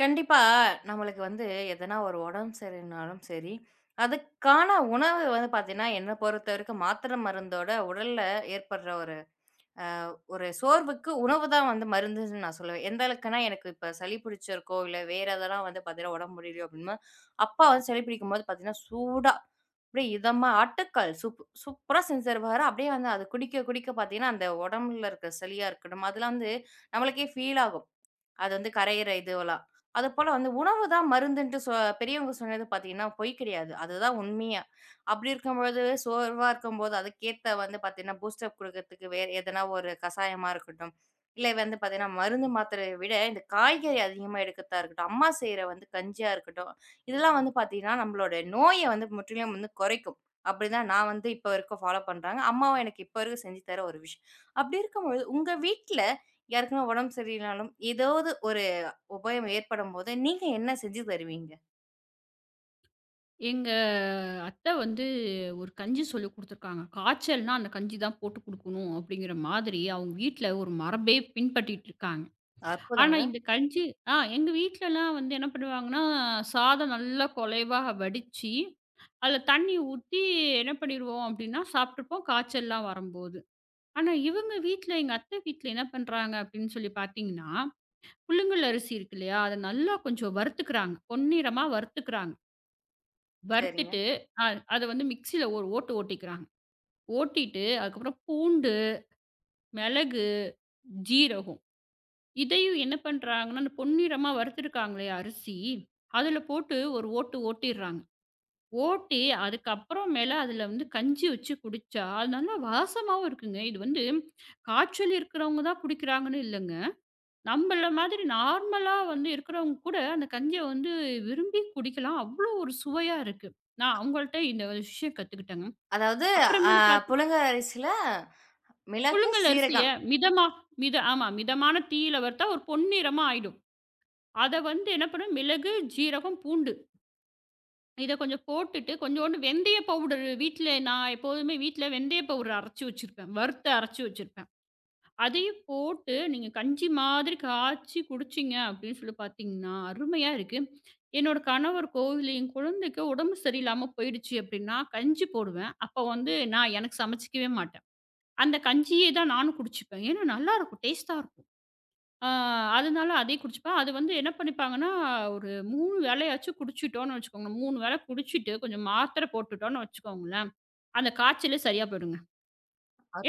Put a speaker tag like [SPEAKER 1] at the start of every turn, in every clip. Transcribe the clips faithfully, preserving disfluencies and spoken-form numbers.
[SPEAKER 1] கண்டிப்பா, நம்மளுக்கு வந்து எதனா ஒரு உடம்பு சரியில்லனாலும் சரி, அதுக்கான உணவு வந்து பார்த்தீங்கன்னா, என்ன பொறுத்தவரைக்கும் மாத்திரை மருந்தோட உடல்ல ஏற்படுற ஒரு ஒரு சோர்வுக்கு உணவு தான் வந்து மருந்துன்னு நான் சொல்லுவேன். எந்த அளவுக்குன்னா, எனக்கு இப்ப சளி பிடிச்சிருக்கோ, இல்ல வேற எதனா வந்து பார்த்தீங்கன்னா, உடம்பு முடியலையோ அப்படின்னா, அப்பா வந்து சளி பிடிக்கும்போது பார்த்தீங்கன்னா, சூடா அப்படியே இதமா ஆட்டுக்கால் சூப் சூப்பரா செஞ்சு தருவாரு. அப்படியே வந்து அது குடிக்க குடிக்க பார்த்தீங்கன்னா, அந்த உடம்புல இருக்க சளியா இருக்கட்டும், அதெல்லாம் வந்து நம்மளுக்கே ஃபீல் ஆகும். அது வந்து கரையிற இதுவெல்லாம். அதுபோல வந்து உணவு தான் மருந்துன்ட்டு சொ பெரியவங்க சொன்னது பார்த்தீங்கன்னா, பொய் கிடையாது. அதுதான் உண்மையா. அப்படி இருக்கும்பொழுது, சோர்வா இருக்கும்போது அதுக்கேத்த வந்து பார்த்தீங்கன்னா, பூஸ்ட் அப் குடுக்கறதுக்கு வேற எதனா ஒரு கசாயமா இருக்கட்டும், இல்ல வந்து பார்த்தீங்கன்னா, மருந்து மாத்திரைய விட இந்த காய்கறி அதிகமா எடுக்கிறதா இருக்கட்டும், அம்மா செய்ற வந்து கஞ்சியா இருக்கட்டும், இதெல்லாம் வந்து பார்த்தீங்கன்னா, நம்மளோட நோய வந்து முற்றிலும் வந்து குறைக்கும். அப்படிதான் நான் வந்து இப்ப வரைக்கும் ஃபாலோ பண்றாங்க. அம்மாவும் எனக்கு இப்ப வரைக்கும் செஞ்சு தர ஒரு விஷயம். அப்படி இருக்கும்பொழுது, உங்க வீட்ல யாருக்குன்னா உடம்பு சரியில்லைனாலும், ஏதாவது ஒரு உபாயம் ஏற்படும்போது, நீங்க என்ன செஞ்சு தருவீங்க?
[SPEAKER 2] எங்க அத்தை வந்து ஒரு கஞ்சி சொல்லிக் குடுத்துருக்காங்க. காய்ச்சல்னா அந்த கஞ்சி தான் போட்டு குடுக்கணும் அப்படிங்கிற மாதிரி அவங்க வீட்ல ஒரு மரபே பின்பற்றிட்டு இருக்காங்க. ஆனா
[SPEAKER 1] அற்புதங்க.
[SPEAKER 2] இந்த கஞ்சி ஆ எங்க வீட்லலாம் வந்து என்ன பண்ணுவாங்கன்னா, சாதம் நல்லா குலைவா வடிச்சு, அதுல தண்ணி ஊத்தி என்ன பண்ணிருவோம் அப்படின்னா, சாப்பிட்டுப்போம் காய்ச்சல்லாம் வரும்போது. ஆனா இவங்க வீட்ல எங்க அத்தை வீட்ல என்ன பண்றாங்க அப்படின்னு சொல்லி பார்த்தீங்கன்னா, புழுங்கல் அரிசி இருக்கு இல்லையா? அத நல்லா கொஞ்சம் வறுத்துக்கிறாங்க. பொன்னிறமா வறுத்துக்கிறாங்க.
[SPEAKER 1] சரிங்க.
[SPEAKER 2] வறுத்துட்டு, அ அத வந்து மிக்ஸியில ஒரு ஓட்டு ஓட்டிக்கிறாங்க. ஓட்டிட்டு, அதுக்கப்புறம் பூண்டு, மிளகு, ஜீரகம் இதையும் என்ன பண்றாங்கன்னா, அந்த பொன்னிறமா வறுத்துருக்காங்களே அரிசி, அதில போட்டு ஒரு ஓட்டு ஓட்டிர்றாங்க. ஓட்டி அதுக்கப்புறம் மேல அதில வந்து கஞ்சி வச்சு குடிச்சா, அது நல்லா வாசமாவும் இருக்குங்க. இது வந்து காய்ச்சல் இருக்கிறவங்க தான் குடிக்கிறாங்கன்னு இல்லங்க. நம்மள மாதிரி நார்மலா வந்து இருக்கிறவங்க கூட அந்த கஞ்சிய வந்து விரும்பி குடிக்கலாம். அவ்வளோ ஒரு சுவையா இருக்கு. நான் அவங்கள்ட்ட இந்த விஷயம் கத்துக்கிட்டேங்க.
[SPEAKER 1] அதாவது அ
[SPEAKER 2] அப்புறமேலு பாத்து
[SPEAKER 1] புழுங்க அரிசில மிளகு,
[SPEAKER 2] புழுங்கல் அரிசிய
[SPEAKER 1] சீரகம்.
[SPEAKER 2] மிதமா மித ஆமா, மிதமான தீயில வறுத்தா ஒரு பொன்னிறமா ஆயிடும். அத வந்து என்ன பண்ணும், மிளகு, ஜீரகம், பூண்டு இத கொஞ்சம் போட்டுட்டு கொஞ்சோண்டு வெந்தய பவுடர், வீட்ல நான் எப்போதுமே வீட்ல வெந்தய பவுடர் அரைச்சு வச்சிருப்பேன். வறுத்து அரைச்சு வச்சிருப்பேன். அதையும் போட்டு நீங்க கஞ்சி மாதிரி காய்ச்சி குடிச்சீங்க அப்படின்னு சொல்லி பாத்தீங்கன்னா, அருமையா இருக்கு. என்னோட கணவருக்கோ, இல்ல என் குழந்தைக்கோ உடம்பு சரியில்லாம போயிடுச்சு அப்படின்னா, கஞ்சி போடுவேன். அப்ப வந்து நான் எனக்கு சமைச்சுக்கவே மாட்டேன். அந்த கஞ்சியே தான் நானும் குடிச்சுப்பேன். ஏன்னா நல்லாருக்கும். டேஸ்ட்டா இருக்கும். ஆ அதனால அதே குடிச்சுப்பேன். அது வந்து என்ன பண்ணிப்பாங்கன்னா, ஒரு மூணு வேளையாச்சும் குடிச்சுட்டோம்னு வச்சுக்கோங்க. மூணு வேளை குடிச்சுட்டு கொஞ்சம் மாத்திரை போட்டுட்டோம்னு வச்சுக்கோங்களேன், அந்த காய்ச்சலே சரியா போயிடுங்க.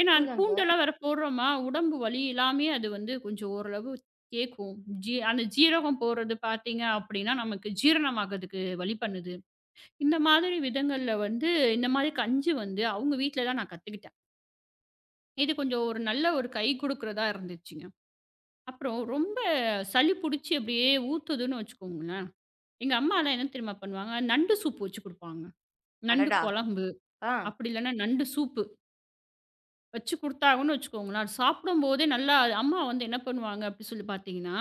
[SPEAKER 2] ஏன்னா அந்த பூண்டெல்லாம் வேற போடுறோமா, உடம்பு வலி எல்லாமே அது வந்து கொஞ்சம் ஓரளவு கேட்கும். ஜீ அந்த ஜீரகம் போறது பார்த்தீங்க அப்படின்னா, நமக்கு ஜீரணமாகறதுக்கு வழி பண்ணுது. இந்த மாதிரி விதங்கள்ல வந்து இந்த மாதிரி கஞ்சி வந்து அவங்க வீட்ல தான் நான் கத்துக்கிட்டேன். இது கொஞ்சம் ஒரு நல்ல ஒரு கை குடுக்குறதா இருந்துச்சுங்க. அப்புறம் ரொம்ப சளி புடிச்சு அப்படியே ஊத்துதுன்னு வச்சுக்கோங்களேன். எங்க அம்மாலாம் என்ன தெரியுமா பண்ணுவாங்க, நண்டு சூப்பு வச்சு குடுப்பாங்க. நண்டு
[SPEAKER 1] அடடா!
[SPEAKER 2] குழம்பு,
[SPEAKER 1] ஆ.
[SPEAKER 2] அப்படி இல்லன்னா நண்டு சூப்பு வச்சு குடுத்தாங்கன்னு வச்சுக்கோங்களேன், அது சாப்பிடும்போதே நல்லா அது அம்மா வந்து என்ன பண்ணுவாங்க அப்படி சொல்லி பார்த்தீங்கன்னா,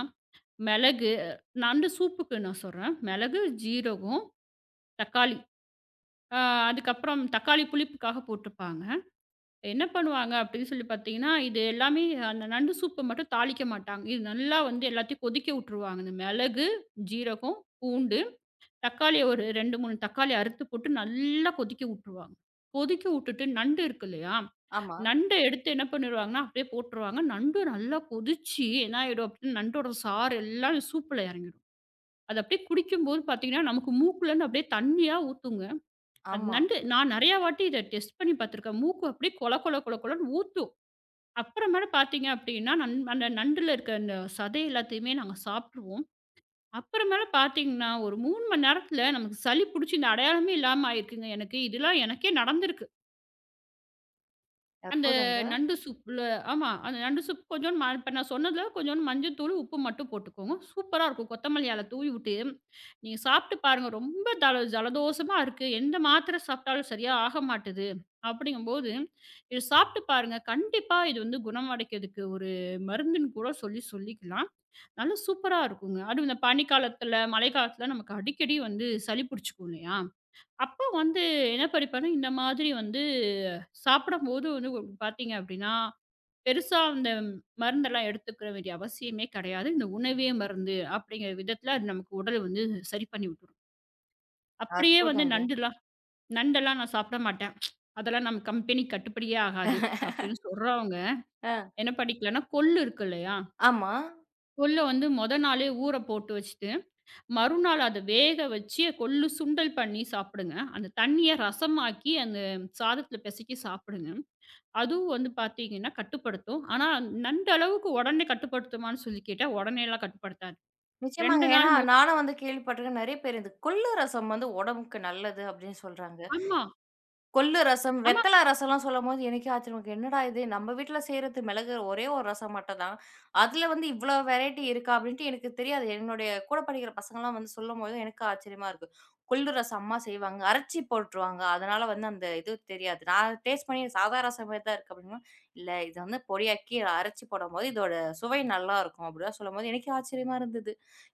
[SPEAKER 2] மிளகு, நண்டு சூப்புக்கு நான் சொல்றேன். மிளகு, ஜீரகம், தக்காளி. அ அதுக்கப்புறம் தக்காளி புளிப்புக்காக போட்டுருப்பாங்க. என்ன பண்ணுவாங்க அப்படின்னு சொல்லி பார்த்தீங்கன்னா, இது எல்லாமே அந்த நண்டு சூப்ப மட்டும் தாளிக்க மாட்டாங்க. இது நல்லா வந்து எல்லாத்தையும் கொதிக்க விட்டுருவாங்க. இந்த மிளகு, ஜீரகம், பூண்டு, தக்காளிய ஒரு ரெண்டு, மூணு தக்காளி அறுத்து போட்டு நல்லா கொதிக்க விட்டுருவாங்க. கொதிக்க விட்டுட்டு நண்டு இருக்கு இல்லையா?
[SPEAKER 1] ஆமா,
[SPEAKER 2] நண்ட எடுத்து என்ன பண்ணிருவாங்கன்னா, அப்படியே போட்டுருவாங்க. நண்டு நல்லா கொதிச்சு என்ன ஆயிடும் அப்படின்னா, நண்டோட சாறு எல்லாம் சூப்புல இறங்கிடும். அது அப்படியே குடிக்கும்போது பார்த்தீங்கன்னா, நமக்கு மூக்குலருந்து அப்படியே தண்ணியா ஊத்துங்க. அது
[SPEAKER 1] ஆமா.
[SPEAKER 2] நண்டு நான் நெறையா வாட்டி இத டெஸ்ட் பண்ணி பார்த்துருக்கேன். மூக்கு அப்படியே கொல கொல கொல கொலன்னு அப்புறமேல பார்த்தீங்க அப்படின்னா, நண் அந்த நண்டுல இருக்க அந்த சதை எல்லாத்தையுமே நாங்க சாப்ட்டுருவோம். அப்புறமேல பார்த்தீங்கன்னா, ஒரு மூணு மணி நேரத்தில நமக்கு சளி புடிச்சு இந்த அடையாளமே இல்லாம ஆயிருக்குங்க எனக்கு. இதெல்லாம் எனக்கே நடந்திருக்கு. அந்த
[SPEAKER 1] அற்புதங்க,
[SPEAKER 2] நண்டு சூப்ல ஆமா. அந்த நண்டு சூப் கொஞ்சோண்டு ம இப்ப நான் சொன்னதுல கொஞ்சோண்டு மஞ்சத்தூளு, உப்பு மட்டும் போட்டுக்கோங்க. சூப்பரா இருக்கும். கொத்தமல்லி அல தூவி விட்டு, நீங்க சாப்ட்டு பாருங்க. ரொம்ப தல ஜலதோஷமா இருக்கு. எந்த மாத்திரை சாப்ட்டாலும் சரியா ஆக மாட்டுது. அப்படிங்கும்போது, இத சாப்ட்டு பாருங்க. கண்டிப்பா இது வந்து குணமடைக்கிறதுக்கு ஒரு மருந்துன்னு கூட சொல்லி சொல்லிக்கலாம். நல்லா சூப்பரா இருக்குங்க. அதுவும் இந்த பனிக்காலத்துல, மழைக்காலத்துல நமக்கு அடிக்கடி வந்து சளி பிடிச்சுக்கும் இல்லையா? அப்போ வந்து என்ன படிப்பேன்னா, இந்த மாதிரி வந்து சாப்பிடும்போது வந்து உங்களுக்கு பார்த்தீங்க அப்படின்னா, பெருசா அந்த மருந்தெல்லாம் எடுத்துக்க வேண்டிய அவசியமே கிடையாது. இந்த உணவே மருந்து அப்படிங்கிற விதத்தில அது நமக்கு உடல் வந்து சரி பண்ணி விட்டுரும். அப்படியே வந்து
[SPEAKER 1] அற்புதங்க.
[SPEAKER 2] நண்டுலாம், நண்டெல்லாம் நான் சாப்பிட மாட்டேன். அதெல்லாம் நம்ம கம்பெனிக்கு கட்டுப்படியே ஆகாது அப்படின்னு சொல்றவங்க,
[SPEAKER 1] ஆ.
[SPEAKER 2] என்ன பண்ணிக்கலாம்னா கொள்ளு இருக்கு இல்லையா?
[SPEAKER 1] ஆமா.
[SPEAKER 2] கொள்ள வந்து மொத நாளே ஊற போட்டு வச்சு மறுநாள் அத வேக வச்சு கொள்ளு சுண்டல் பண்ணி சாப்பிடுங்க. அந்த தண்ணீய ரசமாக்கி அந்த சாதத்துல பெசைக்கி சாப்பிடுங்க. அதுவும் வந்து பார்த்தீங்கன்னா கட்டுப்படுத்தும். ஆனா நண்டு அளவுக்கு உடனே கட்டுப்படுத்துமான்னு சொல்லி கேட்டா, உடனேலாம் கட்டுப்படுத்தாது.
[SPEAKER 1] நிச்சயமாங்க.
[SPEAKER 2] 2
[SPEAKER 1] ஏன்னா,
[SPEAKER 2] நாள் மூ
[SPEAKER 1] நானும் வந்து கேள்விப்பட்டிருக்கேன். நெறைய பேர் இந்த கொள்ளு ரசம் வந்து உடம்புக்கு நல்லது அப்படின்னு சொல்றாங்க.
[SPEAKER 2] ஆமா.
[SPEAKER 1] கொள்ளு ரசம்,
[SPEAKER 2] ஆமா.
[SPEAKER 1] வெத்தல ரசம்லாம் சொல்லும்போது எனக்கே ஆச்சரியமா இருக்கு. என்னடா இது நம்ம வீட்ல செய்றது மிளகு ஒரே ஒரு ரசம் மட்டும் தான். அதுல வந்து இவ்ளோ வெரைட்டி இருக்கா? அப்படின்ட்டு எனக்கு தெரியாது. என்னுடைய கூட படிக்கிற பசங்கலாம் வந்து சொல்லும்போது எனக்கு ஆச்சரியமா இருக்கு. கொள்ளு ரசம் அம்மா செய்வாங்க. அரைச்சி போட்டுருவாங்க. அதனால வந்து அந்த இது தெரியாது. நான் டேஸ்ட் பண்ணி சாதா ரசம் மாரி தான் இருக்கு அப்படின்னா, இல்ல இது வந்து பொடியாக்கி அரைச்சி போடும்போது இதோட சுவை நல்லாருக்கும் அப்படிலாம் சொல்லும்போது எனக்கே ஆச்சரியமா இருந்தது.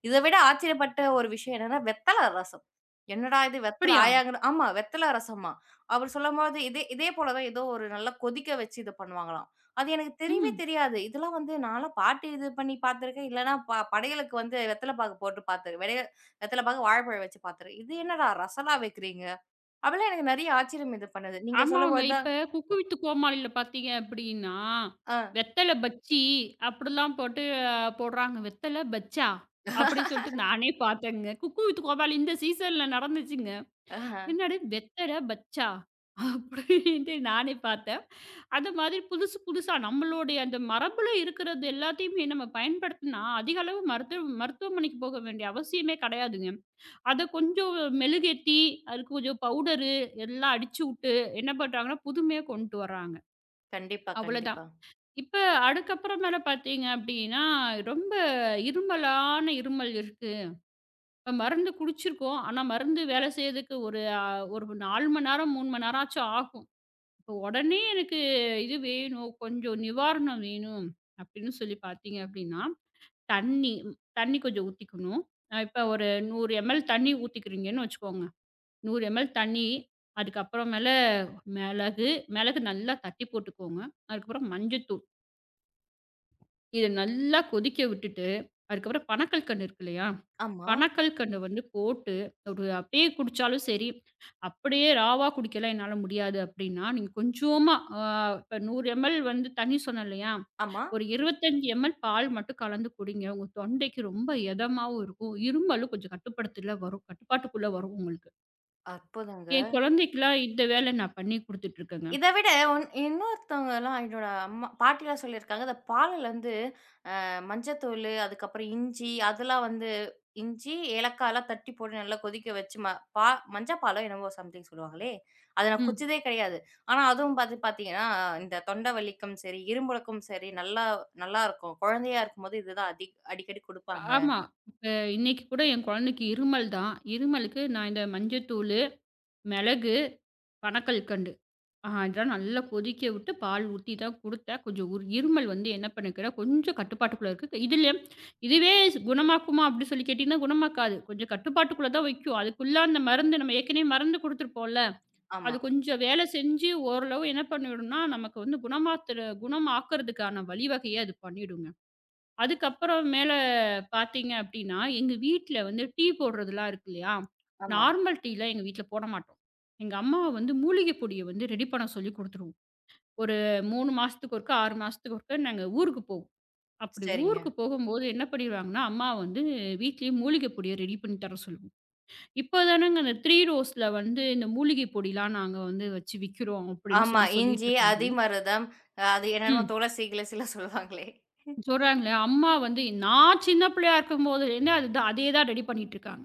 [SPEAKER 1] இத விட ஆச்சரியப்பட்ட ஒரு விஷயம் என்னன்னா, வெத்தல ரசம். என்னடா இது வெத்தல
[SPEAKER 2] அப்படியா?
[SPEAKER 1] ஆயாங்கன்னு ஆமா வெத்தல ரசமா? அவர் சொல்லும்போது இதே இதே போல தான் ஏதோ ஒரு நல்லா கொதிக்க வச்சு இது பண்ணுவாங்களாம். அது எனக்கு தெரியவே
[SPEAKER 2] ம்.
[SPEAKER 1] தெரியாது. இதெல்லாம் வந்து நான்லாம் பாட்டு இது பண்ணி பார்த்துருக்கேன். இல்லன்னா ப படையலுக்கு வந்து வெத்தல பாக்கு போட்டு பார்த்துருக்கேன். வெடைய வெத்தல பாக்கு, வாழைப்பழம் வச்சு பார்த்துருக்கேன். இது என்னடா ரசலா வைக்கிறீங்க? அப்படீலாம் எனக்கு நெறைய ஆச்சரியம் இது பண்ணுது. நீங்க
[SPEAKER 2] ஆமாங்க.
[SPEAKER 1] சொல்லும்போது தான்
[SPEAKER 2] இப்ப குக்கு வித்து கோமாளில பார்த்தீங்க அப்படின்னா,
[SPEAKER 1] ஆ,
[SPEAKER 2] வெத்தல பஜ்ஜி அப்படிலாம் போட்டு அஹ், போடுறாங்க. வெத்தல பஜ்ஜா? அப்படின்னு சொல்லிட்டு நானே பார்த்தேங்க. குக்கு வித் கோமாளி இந்த சீசன்ல நடந்துச்சுங்க.
[SPEAKER 1] ஆஹ.
[SPEAKER 2] என்னது "வெத்தல பச்சா" அப்படின்ட்டு நானே பார்த்தேன். அந்த மாதிரி புதுசு புதுசா நம்மளுடைய அந்த மரபுல இருக்கிறது எல்லாத்தையுமே நம்ம பயன்படுத்தினா, அதிக அளவு மருத்துவ மருத்துவமனைக்கு போக வேண்டிய அவசியமே கிடையாதுங்க. அத கொஞ்சம் மெழுகேத்தி, அதுக்கு கொஞ்சம் பவுடரு எல்லாம் அடிச்சு விட்டு என்ன பண்றாங்கன்னா, புதுமையா கொண்டு வர்றாங்க.
[SPEAKER 1] கண்டிப்பா,
[SPEAKER 2] அவ்வளோதான்.
[SPEAKER 1] கண்டிப்பா.
[SPEAKER 2] இப்ப அதுக்கப்புறமேல பார்த்தீங்க அப்படின்னா, ரொம்ப இருமலான இருமல் இருக்கு. இப்ப மருந்து குடிச்சிருக்கோம். ஆனா, மருந்து வேலை செய்யறதுக்கு ஒரு அ ஒன்று நாலு மணி நேரம், மூணு மணி நேரமாச்சும் ஆகும். இப்போ உடனே எனக்கு இது வேணும், கொஞ்சம் நிவாரணம் வேணும் அப்படின்னு சொல்லி பார்த்தீங்க அப்படின்னா, தண்ணி ம், தண்ணி கொஞ்சம் ஊத்திக்கணும். அ இப்ப ஒரு நூறு எம்எல் தண்ணி ஊத்திக்கிறீங்கன்னு வச்சுக்கோங்க. நூறு எம்எல் தண்ணி, அதுக்கப்புறமேல மிளகு, மிளகு நல்லா தட்டி போட்டுக்கோங்க. அதுக்கப்புறம் மஞ்சத்தூள் இத நல்லா கொதிக்க விட்டுட்டு, அதுக்கப்புறம் பனக்கல்கண்டு இருக்கு இல்லையா?
[SPEAKER 1] ஆமா,
[SPEAKER 2] பனக்கல்கண்டு வந்து போட்டு, ஒரு அப்படியே குடிச்சாலும் சரி, அப்படியே ராவா குடிக்கலாம் என்னால முடியாது அப்படின்னா, நீங்க கொஞ்சமா அ இப்ப நூறு எம்எல் வந்து தண்ணி சொன்னேன் இல்லையா?
[SPEAKER 1] ஆமா.
[SPEAKER 2] ஒரு இருபத்தி ஐந்து எம்எல் பால் மட்டும் கலந்து குடிங்க. உங்க தொண்டைக்கு ரொம்ப எதமாவும் இருக்கும். இருமலும் கொஞ்சம் கட்டுப்படுத்தல வரும். கட்டுப்பாட்டுக்குள்ள வரும் உங்களுக்கு.
[SPEAKER 1] அற்புதங்க.
[SPEAKER 2] என் குழந்தைக்குலாம் இந்த வேலை நான் பண்ணி குடுத்துட்டுருக்கேங்க.
[SPEAKER 1] இத விட ஒன் இன்னொருத்தவங்கலாம் என்னோட அம்மா பாட்டிலாம் சொல்லியிருக்காங்க. இந்த பாலுல வந்து மஞ்சத்தூளு, அதுக்கப்புறம் இஞ்சி, அதெல்லாம் வந்து இஞ்சி, ஏலக்காய்லாம் தட்டி போட்டு நல்லா கொதிக்க வச்சு ம பா மஞ்ச பாலோ என்னவோ சம்திங் சொல்லுவாங்களே! அத நான்
[SPEAKER 2] ம்.
[SPEAKER 1] குடிச்சதே கிடையாது. ஆனா, அதுவும் பாத்து பாத்தீங்கன்னா, இந்த தொண்ட வலிக்கும் சரி, இரும்பலுக்கும் சரி, நல்லா நல்லாருக்கும். குழந்தையா இருக்கும்போது இதுதான் அதி அடிக்கடி குடுப்பாங்க.
[SPEAKER 2] ஆமா. இப்ப இன்னைக்கு கூட என் குழந்தைக்கு இருமல் தான். இருமலுக்கு நான் இந்த மஞ்சத்தூள், மிளகு, பனக்கல்கண்டு. ஆ இதெல்லாம் நல்லா கொதிக்க விட்டு பால் ஊத்தி தான் குடுத்தேன். கொஞ்சம் ஒரு இருமல் வந்து என்ன பண்ணிருக்குன்னா, கொஞ்சம் கட்டுப்பாட்டுக்குள்ள இருக்கு. இதுல இதுவே குணமாக்குமா அப்டி சொல்லி கேட்டீங்கன்னா, குணமாக்காது. கொஞ்சம் கட்டுப்பாட்டுக்குள்ள தான் வைக்கும். அதுக்குள்ள அந்த மருந்து நம்ம ஏற்கனவே மருந்து குடுத்துருப்போம்ல,
[SPEAKER 1] ஆமா,
[SPEAKER 2] அது கொஞ்சம் வேலை செஞ்சு ஓரளவு என்ன பண்ணிடும்னா, நமக்கு வந்து குணமாத்துற குணமாக்குறதுக்கான வழிவகைய அது பண்ணிடுங்க. அதுக்கப்புறம் மேல பார்த்தீங்க அப்டின்னா, எங்க வீட்ல வந்து டீ போடுறதுலாம் இருக்கு இல்லையா?
[SPEAKER 1] ஆமா.
[SPEAKER 2] நார்மல் டீலாம் எங்க வீட்ல போட மாட்டோம். எங்க அம்மா வந்து மூலிகை பொடிய வந்து ரெடி பண்ண சொல்லி குடுத்துருவோம். ஒரு மூணு மாசத்துக்கு ஒருக்கா, ஆறு மாசத்துக்கு ஒருக்கா நாங்க ஊருக்கு போவோம். அப்படி
[SPEAKER 1] சரிங்க.
[SPEAKER 2] ஊருக்கு போகும்போது என்ன பண்ணிருவாங்கன்னா, அம்மா வந்து வீட்லயே மூலிகை பொடிய ரெடி பண்ணி தர சொல்லுவோம். இப்ப தானங்க அந்த த்ரீ ரோஸ்ல வந்து இந்த மூலிகை பொடிலாம் நாங்க வந்து வச்சு விக்கிறோம் அப்படின்னு
[SPEAKER 1] ஆமா.
[SPEAKER 2] சொல்லி சொல்லிட்டு
[SPEAKER 1] இஞ்சி,
[SPEAKER 2] இருக்காங்க.
[SPEAKER 1] அதிமருதம், அ அது என்னென்னமோ
[SPEAKER 2] ம்.
[SPEAKER 1] துளசி கிளசிலாம் சொல்லுவாங்களே!
[SPEAKER 2] சொல்றாங்களே, அம்மா வந்து நான் சின்ன பிள்ளையா இருக்கும்போதுலேருந்து அதுதான் அதே தான் ரெடி பண்ணிட்டு இருக்காங்க.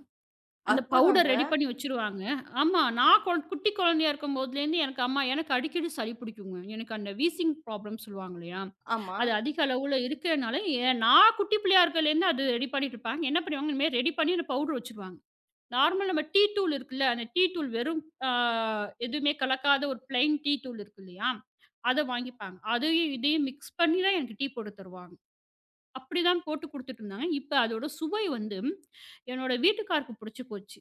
[SPEAKER 2] அந்த பவுடர்
[SPEAKER 1] அற்புதங்க.
[SPEAKER 2] ரெடி பண்ணி வச்சுருவாங்க. ஆமா. நான் கொ குட்டி குழந்தையா இருக்கும்போதுலேருந்து எனக்கு அம்மா எனக்கு அடிக்கடி சளி பிடிக்குங்க. எனக்கு அந்த வீசிங் ப்ராப்ளம்னு சொல்லுவாங்க இல்லையா?
[SPEAKER 1] ஆமா.
[SPEAKER 2] அது அதிக அளவுல இருக்கிறனால, எ நான் குட்டி பிள்ளையா இருக்கலேருந்து அது ரெடி பண்ணிட்டு இருப்பாங்க. என்ன பண்ணுவாங்க, இந்த மாரி ரெடி பண்ணி அந்த பவுடர் வச்சுருவாங்க. நார்மல் நம்ம டீ தூள் இருக்குல்ல, அந்த டீ தூள் வெறும் ஆ எதுவுமே கலக்காத ஒரு பிளெயின் டீ தூள் இருக்கு இல்லையா? அத வாங்கிப்பாங்க. அதையும் இதையும் மிக்ஸ் பண்ணி தான் எனக்கு டீ போட்டு தருவாங்க. அப்படிதான் போட்டு குடுத்துட்டு இருந்தாங்க. இப்ப அதோட சுவை வந்து என்னோட வீட்டுக்காருக்கு பிடிச்சு போச்சு.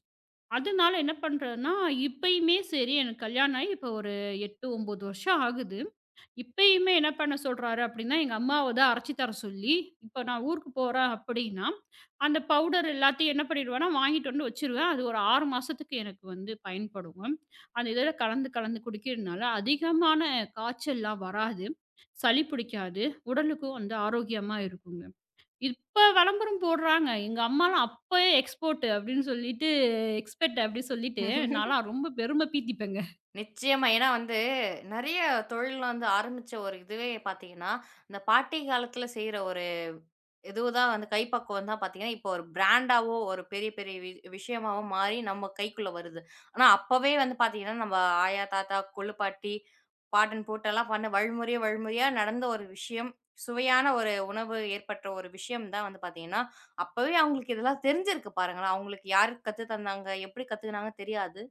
[SPEAKER 2] அதனால என்ன பண்றதுன்னா, இப்பயுமே சரி எனக்கு கல்யாணம் ஆகி இப்போ ஒரு எட்டு, ஒன்பது வருஷம் ஆகுது. இப்பயுமே என்ன பண்ண சொல்றாரு அப்படின்னா, எங்க அம்மாவ தான் அரைச்சு தர சொல்லி, இப்போ நான் ஊருக்கு போறேன் அப்படின்னா, அந்த பவுடர் எல்லாத்தையும் என்ன பண்ணிடுவேன்னா, வாங்கிட்டு வந்து வச்சுருவேன். அது ஒரு ஆறு மாசத்துக்கு எனக்கு வந்து பயன்படுங்க. அந்த இதில கலந்து கலந்து குடிக்கிறதுனால அதிகமான காய்ச்சல்லாம் வராது. சளி பிடிக்காது. உடலுக்கும் வந்து ஆரோக்கியமா இருக்குங்க. இப்ப விளம்பரம் போடுறாங்க. எங்க அம்மாலாம் அப்பயே எக்ஸ்போர்ட் அப்படின்னு சொல்லிட்டு, எக்ஸ்பெர்ட் அப்படி சொல்லிட்டு, நான்லாம் ரொம்ப பெருமை பீத்திப்பேங்க.
[SPEAKER 1] நிச்சயமா. ஏன்னா வந்து நெறைய தொழில்ல வந்து ஆரம்பிச்ச ஒரு இதுவே பார்த்தீங்கன்னா, இந்த பாட்டி காலத்துல செய்ற ஒரு இதுதான் வந்து கைப்பக்குவம் தான் பார்த்தீங்கன்னா, இப்போ ஒரு பிராண்டாவோ, ஒரு பெரிய பெரிய வி விஷயமாவோ மாறி நம்ம கைக்குள்ள வருது. ஆனா, அப்பவே வந்து பார்த்தீங்கன்னா, நம்ம ஆயா, தாத்தா, கொள்ளுப்பாட்டி, பாட்டன் போட்டெல்லாம் பண்ண வழிமுறையா வழிமுறையா நடந்த ஒரு விஷயம். சுவையான ஒரு உணவு ஏற்பட்ட ஒரு விஷயம் தான் வந்து பார்த்தீங்கன்னா, அப்பவே அவங்களுக்கு இதெல்லாம் தெரிஞ்சிருக்கு பாருங்களேன். அவங்களுக்கு யார் கத்து தந்தாங்க, எப்படி கத்துக்கினாங்க தெரியாது.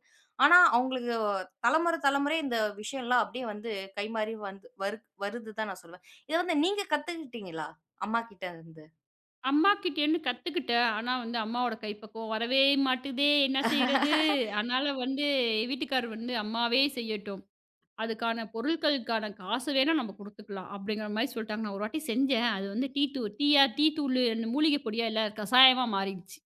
[SPEAKER 1] ஆனா, அவங்களுக்கு தலைமுறை தலைமுறை இந்த விஷயம்லாம் அப்படியே வந்து கைமாறி வந்து வரு வருது தான் நான் சொல்லுவேன். இத வந்து நீங்க கத்துக்கிட்டீங்களா? அம்மாகிட்ட இருந்து?
[SPEAKER 2] அம்மாகிட்டேருந்து கத்துக்கிட்டேன். ஆனா வந்து அம்மாவோட கைப்பக்குவம் வரவே மாட்டுதே! என்ன செய்றது? அதனால வந்து வீட்டுக்காரர் வந்து, "அம்மாவே செய்யட்டும். அதுக்கான பொருட்களுக்கான காசு வேணா நம்ம குடுத்துக்கலாம்." அப்படிங்கிற மாரி சொல்ட்டாங்க. நான் ஒரு வாட்டி செஞ்சேன். அது வந்து டீ தூள் டீயா டீ தூளு அந்த மூலிகை பொடியா இல்ல கசாயமா மாறிடுச்சு.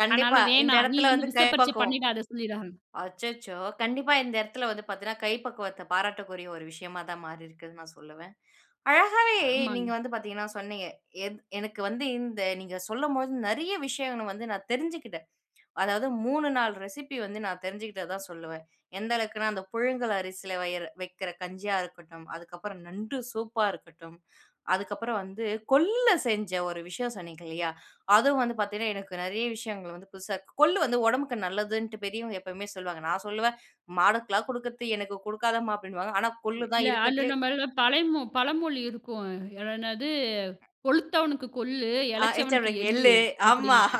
[SPEAKER 1] கண்டிப்பா.
[SPEAKER 2] அதனால
[SPEAKER 1] இந்த
[SPEAKER 2] வேணாம். நீ
[SPEAKER 1] இடத்துல வந்து
[SPEAKER 2] வந்து
[SPEAKER 1] கை
[SPEAKER 2] விசப்பரிச்சை
[SPEAKER 1] பக்குவம்.
[SPEAKER 2] பண்ணிடாத சொல்லிட்டாங்க.
[SPEAKER 1] அச்சச்சோ! கண்டிப்பா இந்த இடத்துல வந்து பார்த்தீங்கன்னா, கை பக்குவத்த பாராட்டக்கூடிய ஒரு விஷயமா தான் மாறி இருக்குதுன்னு நான் சொல்லுவேன். அழகாவே
[SPEAKER 2] ஆமா.
[SPEAKER 1] நீங்க வந்து பார்த்தீங்கன்னா சொன்னீங்க. எத் எனக்கு வந்து இந்த நீங்க சொல்லும்போது நெறைய விஷயங்கள் வந்து நான் தெரிஞ்சுக்கிட்டேன். அதாவது மூன்று, நான்கு ரெசிபி வந்து நான் தெரிஞ்சுக்கிட்டதா சொல்லுவேன். எந்த அளவுக்குன்னா, அந்த புழுங்கல் அரிசியில வயிற வைக்கிற கஞ்சியா இருக்கட்டும், அதுக்கப்புறம் நண்டு சூப்பா இருக்கட்டும், அதுக்கப்புறம் வந்து கொள்ளுல செஞ்ச ஒரு விஷயம் சொன்னீங்க இல்லையா? அதுவும் வந்து பார்த்தீங்கன்னா, எனக்கு நெறைய விஷயங்கள் வந்து புதுசா கொள்ளு வந்து உடம்புக்கு நல்லதுன்ட்டு பெரியவங்க எப்பவுமே சொல்லுவாங்க. நான் சொல்லுவேன், "மாடுக்கெல்லாம் குடுக்கறது எனக்கு குடுக்காதம்மா" அப்படின்னுவாங்க. ஆனா கொள்ளு தான்
[SPEAKER 2] இல்ல. அதுல
[SPEAKER 1] இருக்கத்திலே
[SPEAKER 2] நம்மள பழைமொ பழமொழி இருக்கும். என்னது "கொழுத்தவனுக்கு கொள்ளு,
[SPEAKER 1] ஆ
[SPEAKER 2] இளைச்சவனுக்கு
[SPEAKER 1] எச்ஆர்எம்க்கு
[SPEAKER 2] எள்ளு"
[SPEAKER 1] எள்ளு. ஆமா.
[SPEAKER 2] அப்படின்ட்டு.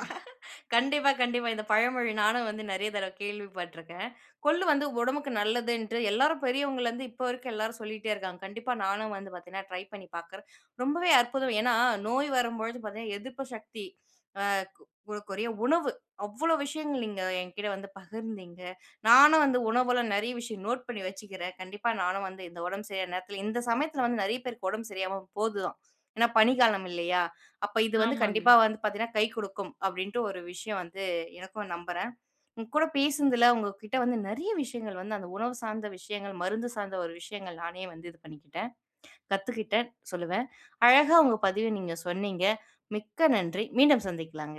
[SPEAKER 1] கண்டிப்பா, கண்டிப்பா. இந்த பழமொழி நானும் வந்து நெறைய தடவ கேள்விப்பட்டுருக்கேன். கொள்ளு வந்து உடம்புக்கு நல்லதுன்ட்டு எல்லாரும் பெரியவங்கலருந்து இப்ப வரைக்கும் எல்லாரும் சொல்லிட்டே இருக்காங்க. கண்டிப்பா நானும் வந்து பார்த்தீங்கன்னா, ட்ரை பண்ணி பார்க்குறேன். ரொம்பவே அற்புதம். ஏன்னா, நோய் வரும்பொழுது பார்த்தீங்கன்னா, எதிர்ப்பு சக்தி அ கு குறைய உணவு அவ்ளோ விஷயங்கள் நீங்க என்கிட்ட வந்து பகிர்ந்தீங்க. நானும் வந்து உணவுல நெறைய விஷயம் நோட் பண்ணி வச்சுக்கிறேன். கண்டிப்பா நானும் வந்து இந்த உடம்பு சரியான நேரத்துல இந்த சமயத்துல வந்து நெறைய பேருக்கு உடம்பு சரியாம போதுதான். ஏன்னா, பனிக்காலம் இல்லையா? அப்ப இது வந்து
[SPEAKER 2] ஆமாங்க.
[SPEAKER 1] கண்டிப்பா வந்து பார்த்தீங்கன்னா, கை குடுக்கும் அப்டின்ட்டு ஒரு விஷயம் வந்து எனக்கும் நம்புறேன். உங்க கூட பேசுனதுல உங்ககிட்ட வந்து நெறைய விஷயங்கள் வந்து அந்த உணவு சார்ந்த விஷயங்கள், மருந்து சார்ந்த ஒரு விஷயங்கள் நானே வந்து இது பண்ணிக்கிட்டேன். கத்துக்கிட்டேன் சொல்லுவேன். அழகா உங்க பதிவ நீங்க சொன்னீங்க. மிக்க நன்றி. மீண்டும் சந்திக்கலாங்க.